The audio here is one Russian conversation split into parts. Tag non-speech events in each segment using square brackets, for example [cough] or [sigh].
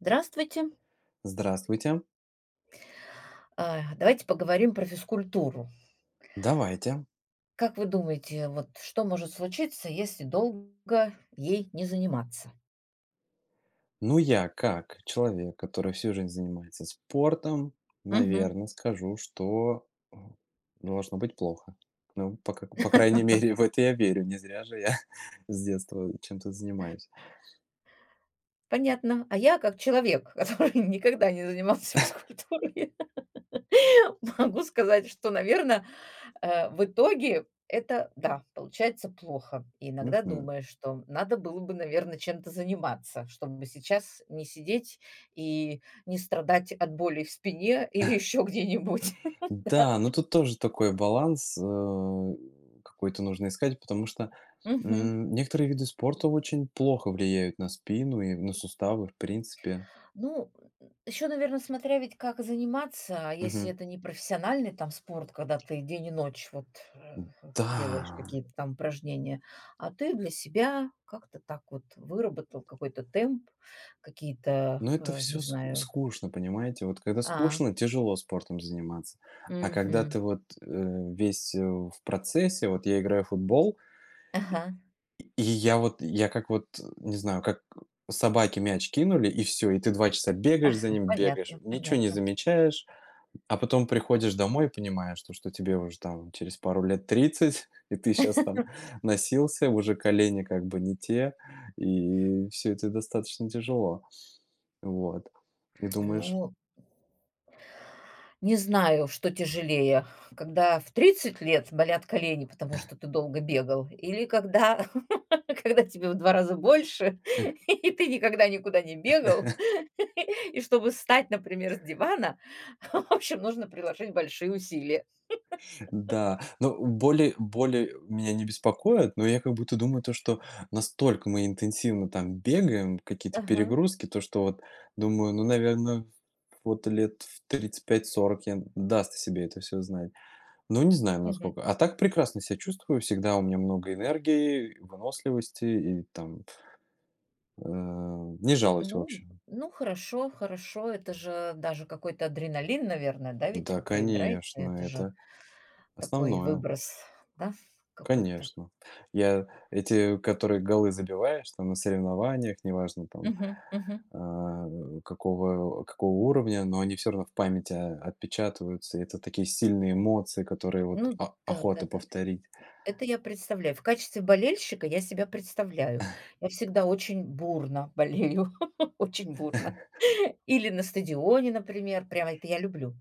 Здравствуйте. Здравствуйте. А, давайте поговорим про физкультуру. Давайте. Как вы думаете, вот что может случиться, если долго ей не заниматься? Ну, я как человек, который всю жизнь занимается спортом, Мгм. наверное, скажу, что м, должно быть плохо. Ну, по крайней [laughs] [laughs] мере, в это я верю. Не зря же я [laughs] с детства чем-то занимаюсь. Понятно. А я как человек, который [laughs] никогда не занимался физкультурой, [laughs] могу сказать, что, наверное, в итоге это, да, получается плохо. И иногда Мгм. думаешь, что надо было бы, наверное, чем-то заниматься, чтобы сейчас не сидеть и не страдать от боли в спине или еще где-нибудь. Да, но тут тоже такой баланс какой-то нужно искать, потому что [laughs] Мгм. Некоторые виды спорта очень плохо влияют на спину и на суставы, в принципе. Ну, еще, наверное, смотря ведь как заниматься, а если Мгм. это не профессиональный там спорт, когда ты день и ночь вот, э, делаешь Да, какие-то там упражнения, а ты для себя как-то так вот выработал какой-то темп, какие-то, но это не все знаю. скучно, понимаете? Вот когда А, скучно, тяжело спортом заниматься. А когда мгм. ты вот, весь в процессе, вот я играю в футбол, Ага, и я вот, я как вот, не знаю, как собаке мяч кинули, и все, и ты 2 часа а, бегаешь за ним, бегаешь, понятно, ничего не понятно. замечаешь, а потом приходишь домой и понимаешь, то, что тебе уже там через пару лет 30, [laughs] и ты сейчас там носился, уже колени как бы не те, и все это достаточно тяжело. Вот. И Ну думаешь. Не знаю, что тяжелее, когда в 30 лет болят колени, потому что ты долго бегал, или когда, [laughs] когда тебе в 2 раза больше, [laughs] и ты никогда никуда не бегал. [laughs] И чтобы встать, например, с дивана, [laughs] в общем, нужно приложить большие усилия. Да, но боли меня не беспокоят, но я как будто думаю, то, что настолько мы интенсивно там бегаем, какие-то Ага. перегрузки, то, что вот думаю, ну, наверное, вот лет в тридцать пять-сорок я даст о себе это все знать. Ну не знаю, Мгм. насколько. А так прекрасно себя чувствую, всегда у меня много энергии, выносливости и там, не жалуюсь, в Ну, общем. ну, хорошо, хорошо. Это же даже какой-то адреналин, наверное, да? Ведь Да, вот вы играете, конечно, это же это такой основное. выброс, да, какой-то. Конечно. Я эти, которые голы забиваешь там на соревнованиях, неважно там, Мгм, мгм. а, какого уровня, но они все равно в памяти, отпечатываются. И это такие сильные эмоции, которые вот Ну о охота да-да-да. повторить. Это я представляю. В качестве болельщика я себя представляю. Я всегда очень бурно болею, [laughs] очень бурно. Или на стадионе, например, прямо это я люблю.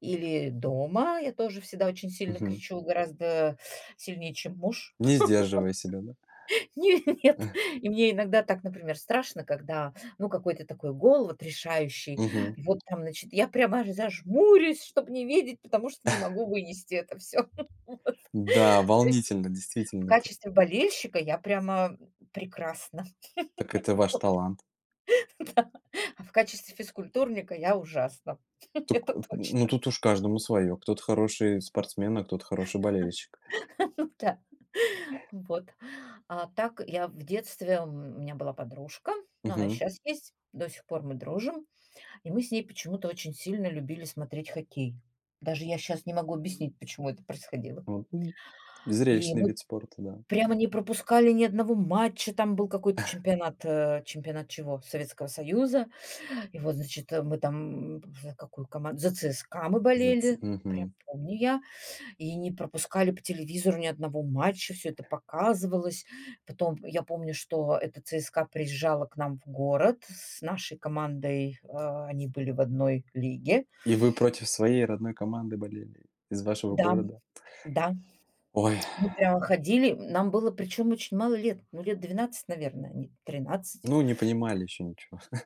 Или дома я тоже всегда очень сильно Мгм. кричу, гораздо сильнее, чем муж. Не сдерживая себя, да? [laughs] Нет, [laughs] и мне иногда так, например, страшно, когда, ну, какой-то такой гол вот решающий, Мгм. и вот там, значит, я прямо аж зажмурюсь, чтобы не видеть, потому что не могу вынести это все. [laughs] Да, То есть волнительно, в действительно. Т качестве болельщика я прямо прекрасно, так это ваш талант. [laughs] да, а в качестве физкультурника я ужасно. [laughs] Тук Это ну, точно. тут уж каждому свое. Кто-то хороший спортсмен, а кто-то хороший болельщик. [laughs] Ну, да. Вот. А так я в детстве, у меня была подружка, но она Мгм. сейчас есть, до сих пор мы дружим, и мы с ней почему-то очень сильно любили смотреть хоккей. Даже я сейчас не могу объяснить, почему это происходило. Вот, И зрелищный мы вид спорта, да. прямо не пропускали ни одного матча. Там был какой-то чемпионат, чемпионат чего? Советского Союза. И вот, значит, мы там, за какую команду? За ЦСКА мы Зац болели, мгм. прям помню я. И не пропускали по телевизору ни одного матча, все это показывалось. Потом я помню, что эта ЦСКА приезжала к нам в город с нашей командой, они были в одной лиге. И вы против своей родной команды болели из вашего Да, города? да, Ой, мы прямо ходили. Нам было причем очень мало лет, ну, лет 12, наверное, а не 13. ну, не понимали еще ничего. [laughs]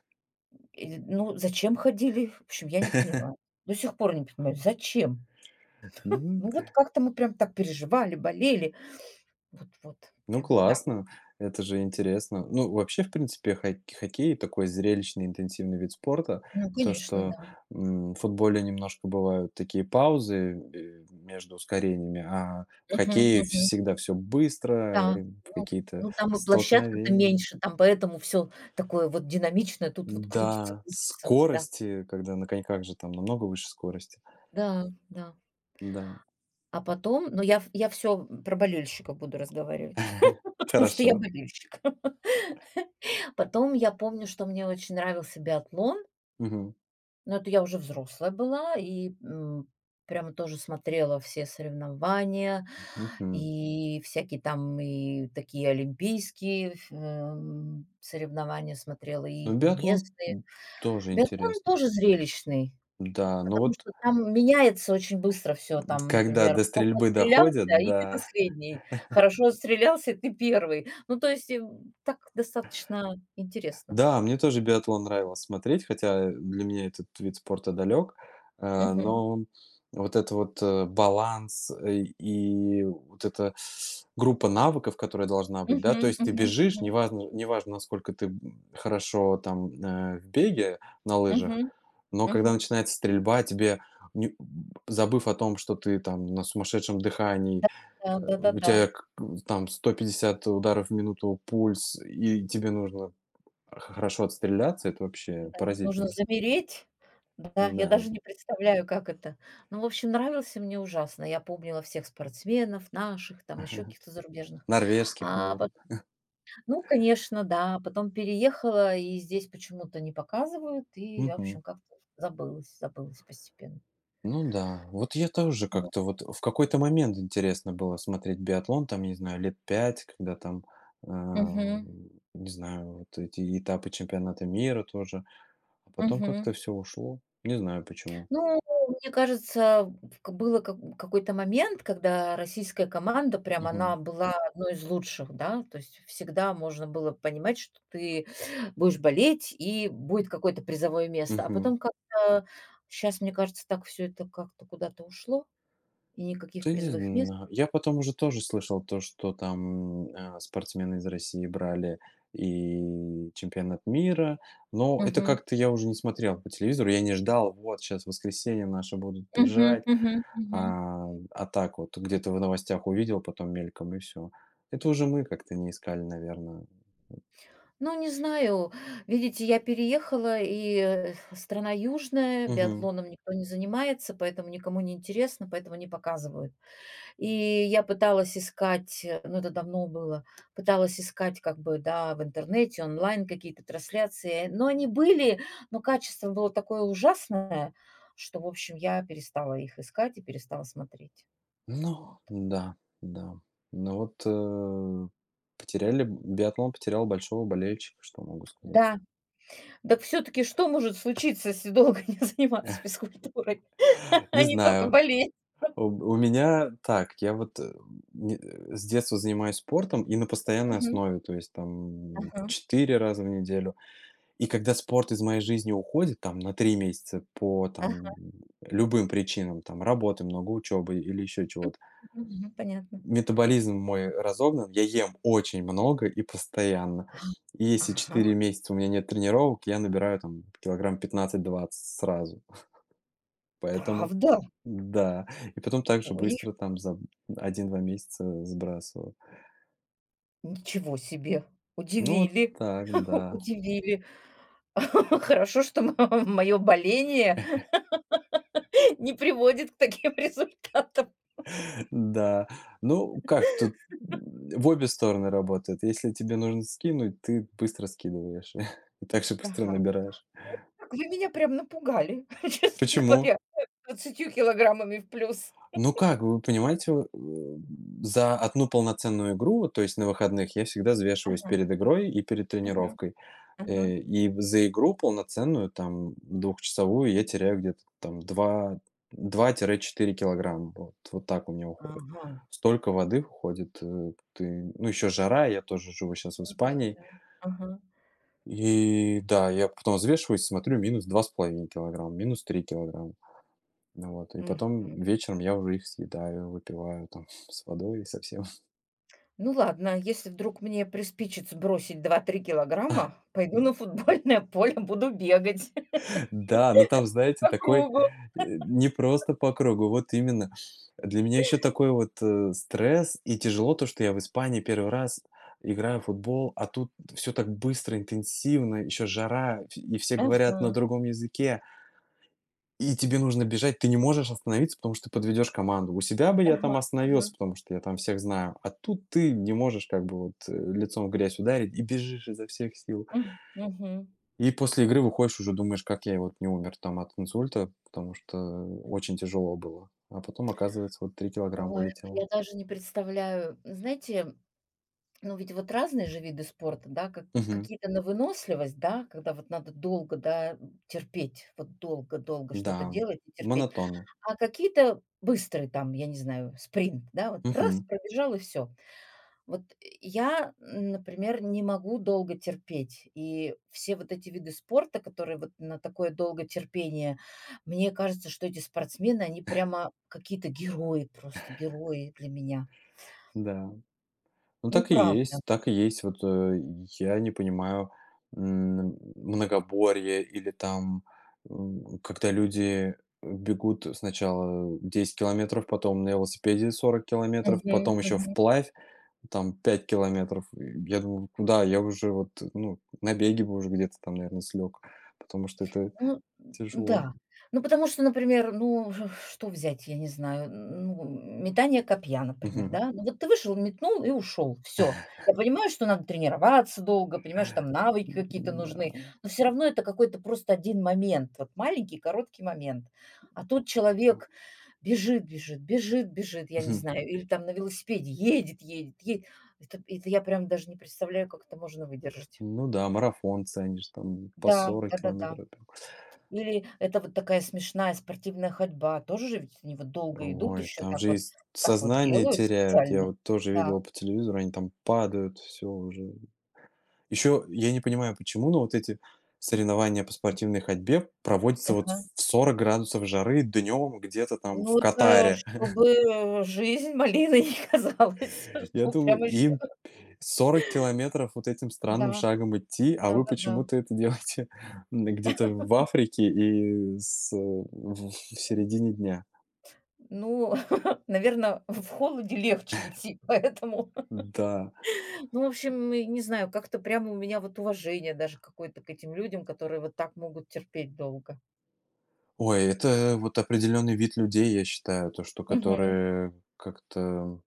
И, ну, зачем ходили? В общем, я не поняла. До сих пор не понимаю, зачем? М, Ну, вот как-то мы прям так переживали, болели. Вот ну, прям, да. классно, это же интересно. Ну, вообще, в принципе, хоккей — такой зрелищный, интенсивный вид спорта. Ну, То, конечно, что, да. В футболе немножко бывают такие паузы, между ускорениями, а в Мгм, хоккее мгм. всегда все быстро, Да. э, Ну какие-то ну, там и площадка-то столкновения. меньше, там поэтому все такое вот динамичное, тут вот крутится, Да, крутится. Да, скорости, когда на коньках же там намного выше скорости. да, да. Да. А потом, ну, я все про болельщиков буду разговаривать, [laughs] [laughs] потому что я Хорошо. болельщик. [laughs] Потом я помню, что мне очень нравился биатлон. Мгм. Но это я уже взрослая была и, прямо тоже смотрела все соревнования, Мгм. и всякие там и такие олимпийские, соревнования смотрела, Ну, и биатлон, местные. тоже Биатлон интересно. тоже зрелищный, Да, но потому вот что там меняется очень быстро все. Там, когда например, до плохо стрельбы отстрелялся, доходят, и ты да. последний, хорошо отстрелялся, и ты первый. Ну, то есть, так достаточно интересно. Да, мне тоже биатлон нравилось смотреть, хотя для меня этот вид спорта далек. Э, Мгм. но вот это вот, баланс, и вот эта группа навыков, которая должна быть, да. То Мгм. есть ты Мгм. бежишь, Мгм. неважно, насколько ты, хорошо там, в беге на лыжах, Мгм. но когда Мгм. начинается стрельба, тебе не забыв о том, что ты там на сумасшедшем дыхании, Да, да, у да-да-да. тебя к там 150 ударов в минуту пульс, и тебе нужно а х хорошо отстреляться — это вообще Нужно поразительно. замереть. Да, я Да. даже не представляю, как это. Ну, в общем, нравился мне ужасно. Я помнила всех спортсменов наших, там еще [laughs] каких-то зарубежных. Норвежских, А, пот наверное. ну, конечно, да. Потом переехала, и здесь почему-то не показывают, и я, в Мгм. общем, как-то забылась постепенно. Ну да, вот я тоже Вот. как-то вот в какой-то момент интересно было смотреть биатлон, там, не знаю, лет 5, когда там, а, Мгм. не знаю, вот эти этапы чемпионата мира тоже. А потом Мгм. как-то все ушло. Не знаю почему. Ну, мне кажется, к было как какой-то момент, когда российская команда, прям Мгм. она была одной из лучших, да. То есть всегда можно было понимать, что ты будешь болеть и будет какое-то призовое место. А Мгм. потом как-то сейчас мне кажется, так все это как-то куда-то ушло, и никаких Да не призовых мест. знаю. Я потом уже тоже слышал то, что там, спортсмены из России брали и чемпионат мира, но это Мгм. как-то я уже не смотрел по телевизору, я не ждал, вот сейчас в воскресенье наши будут Мгм, бежать, мгм, мгм. а так вот где-то в новостях увидел, потом мельком и все. Это уже мы как-то не искали, наверное. Ну, не знаю. Видите, я переехала, и, страна южная, Мгм. биатлоном никто не занимается, поэтому никому не интересно, поэтому не показывают. И я пыталась искать, ну, это давно было, пыталась искать как бы, да, в интернете, онлайн какие-то трансляции. Но они были, но качество было такое ужасное, что, в общем, я перестала их искать и перестала смотреть. Ну да, да. Ну вот, потеряли биатлон потерял большого болельщика, что могу сказать. Да, так все-таки что может случиться, если долго [laughs] не заниматься физкультурой, [laughs] Не а не только знаю. болеть? У у меня так, я вот, э, не э, с детства занимаюсь спортом и на постоянной Мгм. основе, то есть там Ага. 4 раза в неделю. И когда спорт из моей жизни уходит там на 3 месяца по Ага. там любым причинам, там работы много, учебы или еще чего-то, Мгм. Понятно. метаболизм мой разогнан, я ем очень много и постоянно. Ага. И если Ага. 4 месяца у меня нет тренировок, я набираю там килограмм пятнадцать-двадцать сразу. Поэтому Правда? да. И потом так же Ой, быстро там за один-два месяца сбрасываю. ничего себе! Ну, вот Удивили, так, [laughs] да. удивили. [laughs] Хорошо, что мое боление [laughs] не приводит к таким результатам. [laughs] Да. Ну, как тут в обе стороны работает. Если тебе нужно скинуть, ты быстро скидываешь [laughs] и так же быстро Ага. набираешь. Так, вы меня прям напугали, [laughs] честно Почему? говоря, 20 килограммами в плюс. Ну как, вы понимаете, за одну полноценную игру, то есть на выходных, я всегда взвешиваюсь Ага, перед игрой и перед ага, тренировкой. ага. И в за игру полноценную, там, двухчасовую, я теряю где-то там 2 2 четыре килограмма. Вот вот так у меня уходит. Ага. Столько воды уходит, ты ну, еще жара, я тоже живу сейчас в Ну да, Испании. да. Ага. И да, я потом взвешиваюсь, смотрю, минус два с половиной килограмма, минус 3 килограмма. Ну вот, и потом Мгм. вечером я уже их съедаю, выпиваю там [laughs] с водой со всем. Ну ладно, если вдруг мне приспичит сбросить 2-3 килограмма, [laughs] пойду на футбольное поле, буду бегать [laughs] Да, ну там, знаете, по такой, кругу. Не просто по кругу, вот именно. Для меня еще такой вот, стресс и тяжело то, что я в Испании первый раз играю в футбол, а тут все так быстро, интенсивно, еще жара, ф и все говорят на Ага, другом языке. И тебе нужно бежать, ты не можешь остановиться, потому что ты подведешь команду. У себя бы я ага, там ага. остановился, потому что я там всех знаю, а тут ты не можешь как бы вот лицом в грязь ударить и бежишь изо всех сил. М, мгм. И после игры выходишь уже думаешь, как я вот не умер там от инсульта, потому что очень тяжело было. А потом оказывается вот 3 килограмма Ой, улетело. я даже не представляю. Знаете, ну ведь вот разные же виды спорта, да, как Мгм. какие-то на выносливость, да, когда вот надо долго, да, терпеть, вот долго-долго что-то Да, делать и терпеть. монотонно. А какие-то быстрые там, я не знаю, спринт, да, вот раз Мгм. пробежал и все. Вот я, например, не могу долго терпеть. И все вот эти виды спорта, которые вот на такое долгое терпение, мне кажется, что эти спортсмены, они прямо какие-то герои, просто герои для меня. Да. Ну, Ну, так и правда. есть, так и есть. Вот, я не понимаю, многоборье или там, когда люди бегут сначала 10 километров, потом на велосипеде 40 километров, Мгм, потом еще мгм. вплавь там 5 километров. И я думаю, куда? Я уже вот, ну, на беге бы уже где-то там, наверное, слег, потому что это Ну тяжело. да. Ну, потому что, например, ну, [laughs] что взять, я не знаю, ну, метание копья, например, Мгм. да. Ну, вот ты вышел, метнул и ушел. Все. Я понимаю, что надо тренироваться долго, понимаю, что там навыки какие-то нужны, Да. но все равно это какой-то просто один момент, вот маленький короткий момент. А тут человек бежит, бежит, бежит, бежит, я не Мгм. знаю, или там на велосипеде едет, едет, едет. Это я прям даже не представляю, как это можно выдержать. Ну да, марафон ценишь, там по Да, 40 да-да-да. километров. Ну, или это вот такая смешная спортивная ходьба. Тоже же ведь они вот долго идут, Ой, еще там так же и вот так вот сознание делают теряют. Я специально. вот тоже Да. видел по телевизору, они там падают, все уже. Еще я не понимаю, почему, но вот эти соревнования по спортивной ходьбе проводятся вот Ага. в 40 градусов жары днем где-то там в Ну, это Катаре. чтобы, жизнь малиной не казалась, [laughs] [laughs] Я что думаю, прям еще им 40 километров вот этим Да, странным шагом идти, а вы да-да-да. почему-то это делаете [laughs] где-то в Африке и в середине дня. Ну, [laughs] наверное, в холоде легче идти, поэтому. [laughs] Да. Ну, в общем, и не знаю, как-то прямо у меня вот уважение даже какое-то к этим людям, которые вот так могут терпеть долго. Ой, это вот определенный вид людей, я считаю, то, что Мгм. которые как-то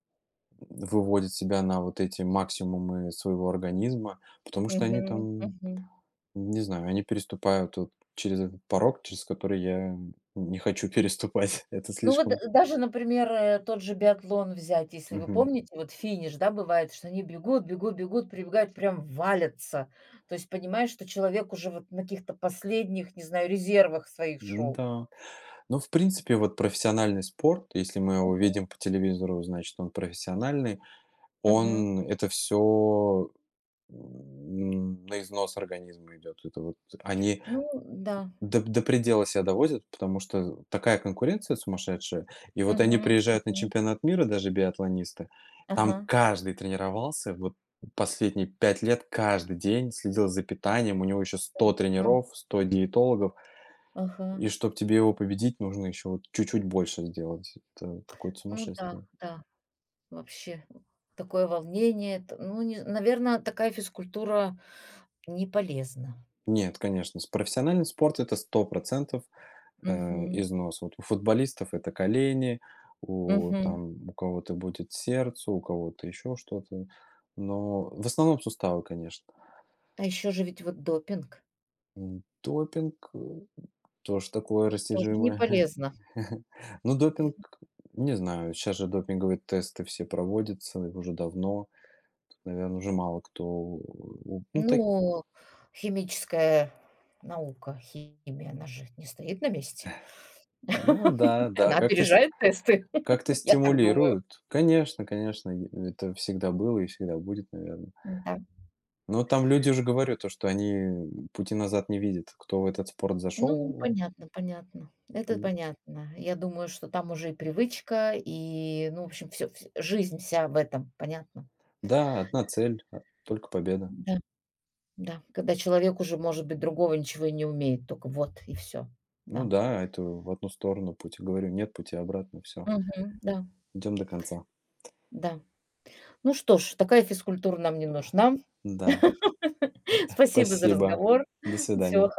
выводят себя на вот эти максимумы своего организма, потому что они Мгм. там, Мгм. не знаю, они переступают вот через этот порог, через который я не хочу переступать. [laughs] Это Ну вот, слишком. даже, например, тот же биатлон взять, если вы Мгм. помните, вот финиш, да, бывает, что они бегут, бегут, бегут, прибегают, прям валятся. То есть понимаешь, что человек уже вот на каких-то последних, не знаю, резервах своих шел. Да. Ну, в принципе, вот профессиональный спорт, если мы его Мгм. видим по телевизору, значит, он профессиональный, Мгм. он это все на износ организма идет. Это вот они Ну да. До предела себя доводят, потому что такая конкуренция сумасшедшая. И вот они Мгм. приезжают на Мгм. чемпионат мира, даже биатлонисты, Ага. там каждый тренировался, вот последние 5 лет каждый день следил за питанием, у него еще сто М. тренеров, 100 диетологов, Ага. и чтобы тебе его победить, нужно еще вот чуть-чуть больше сделать. Это какое-то Ну да, сумасшествие. да, вообще, такое волнение. Это, ну, наверное, такая физкультура не полезна. Нет, конечно, с профессиональный спорт — это 100 процентов. Мгм. Износ. Вот у футболистов это колени, Мгм. там, у кого-то будет сердце, у кого-то еще что-то. Но в основном суставы, конечно. А еще же ведь вот допинг. Допинг тоже такое Тоже не растяжимое. полезно. [laughs] Ну, допинг, не знаю, сейчас же допинговые тесты все проводятся уже давно. Наверное, уже мало кто... Ну, так... Ну, химическая наука, химия, она же не стоит на месте. ну да, [laughs] да, Она как-то опережает тесты, как-то [laughs] я так думаю. стимулируют. Конечно, конечно, и это всегда было и всегда будет, наверное. Да. Ну, там люди уже говорю, то, что они пути назад не видят. Кто в этот спорт Ну, зашел, понятно, понятно. Это м, понятно. Я думаю, что там уже и привычка, и, ну, в общем, все жизнь вся в этом, понятно. да, одна цель, только победа. Да, да. Когда человек уже, может быть, другого ничего и не умеет, только вот и все. Ну Да. да, это в одну сторону путь. Говорю, нет пути обратно, все, Мгм. Да, идем до конца. да. Ну что ж, такая физкультура нам не нужна. [laughs] Да, [laughs] Спасибо за спасибо. разговор. До свидания. Всего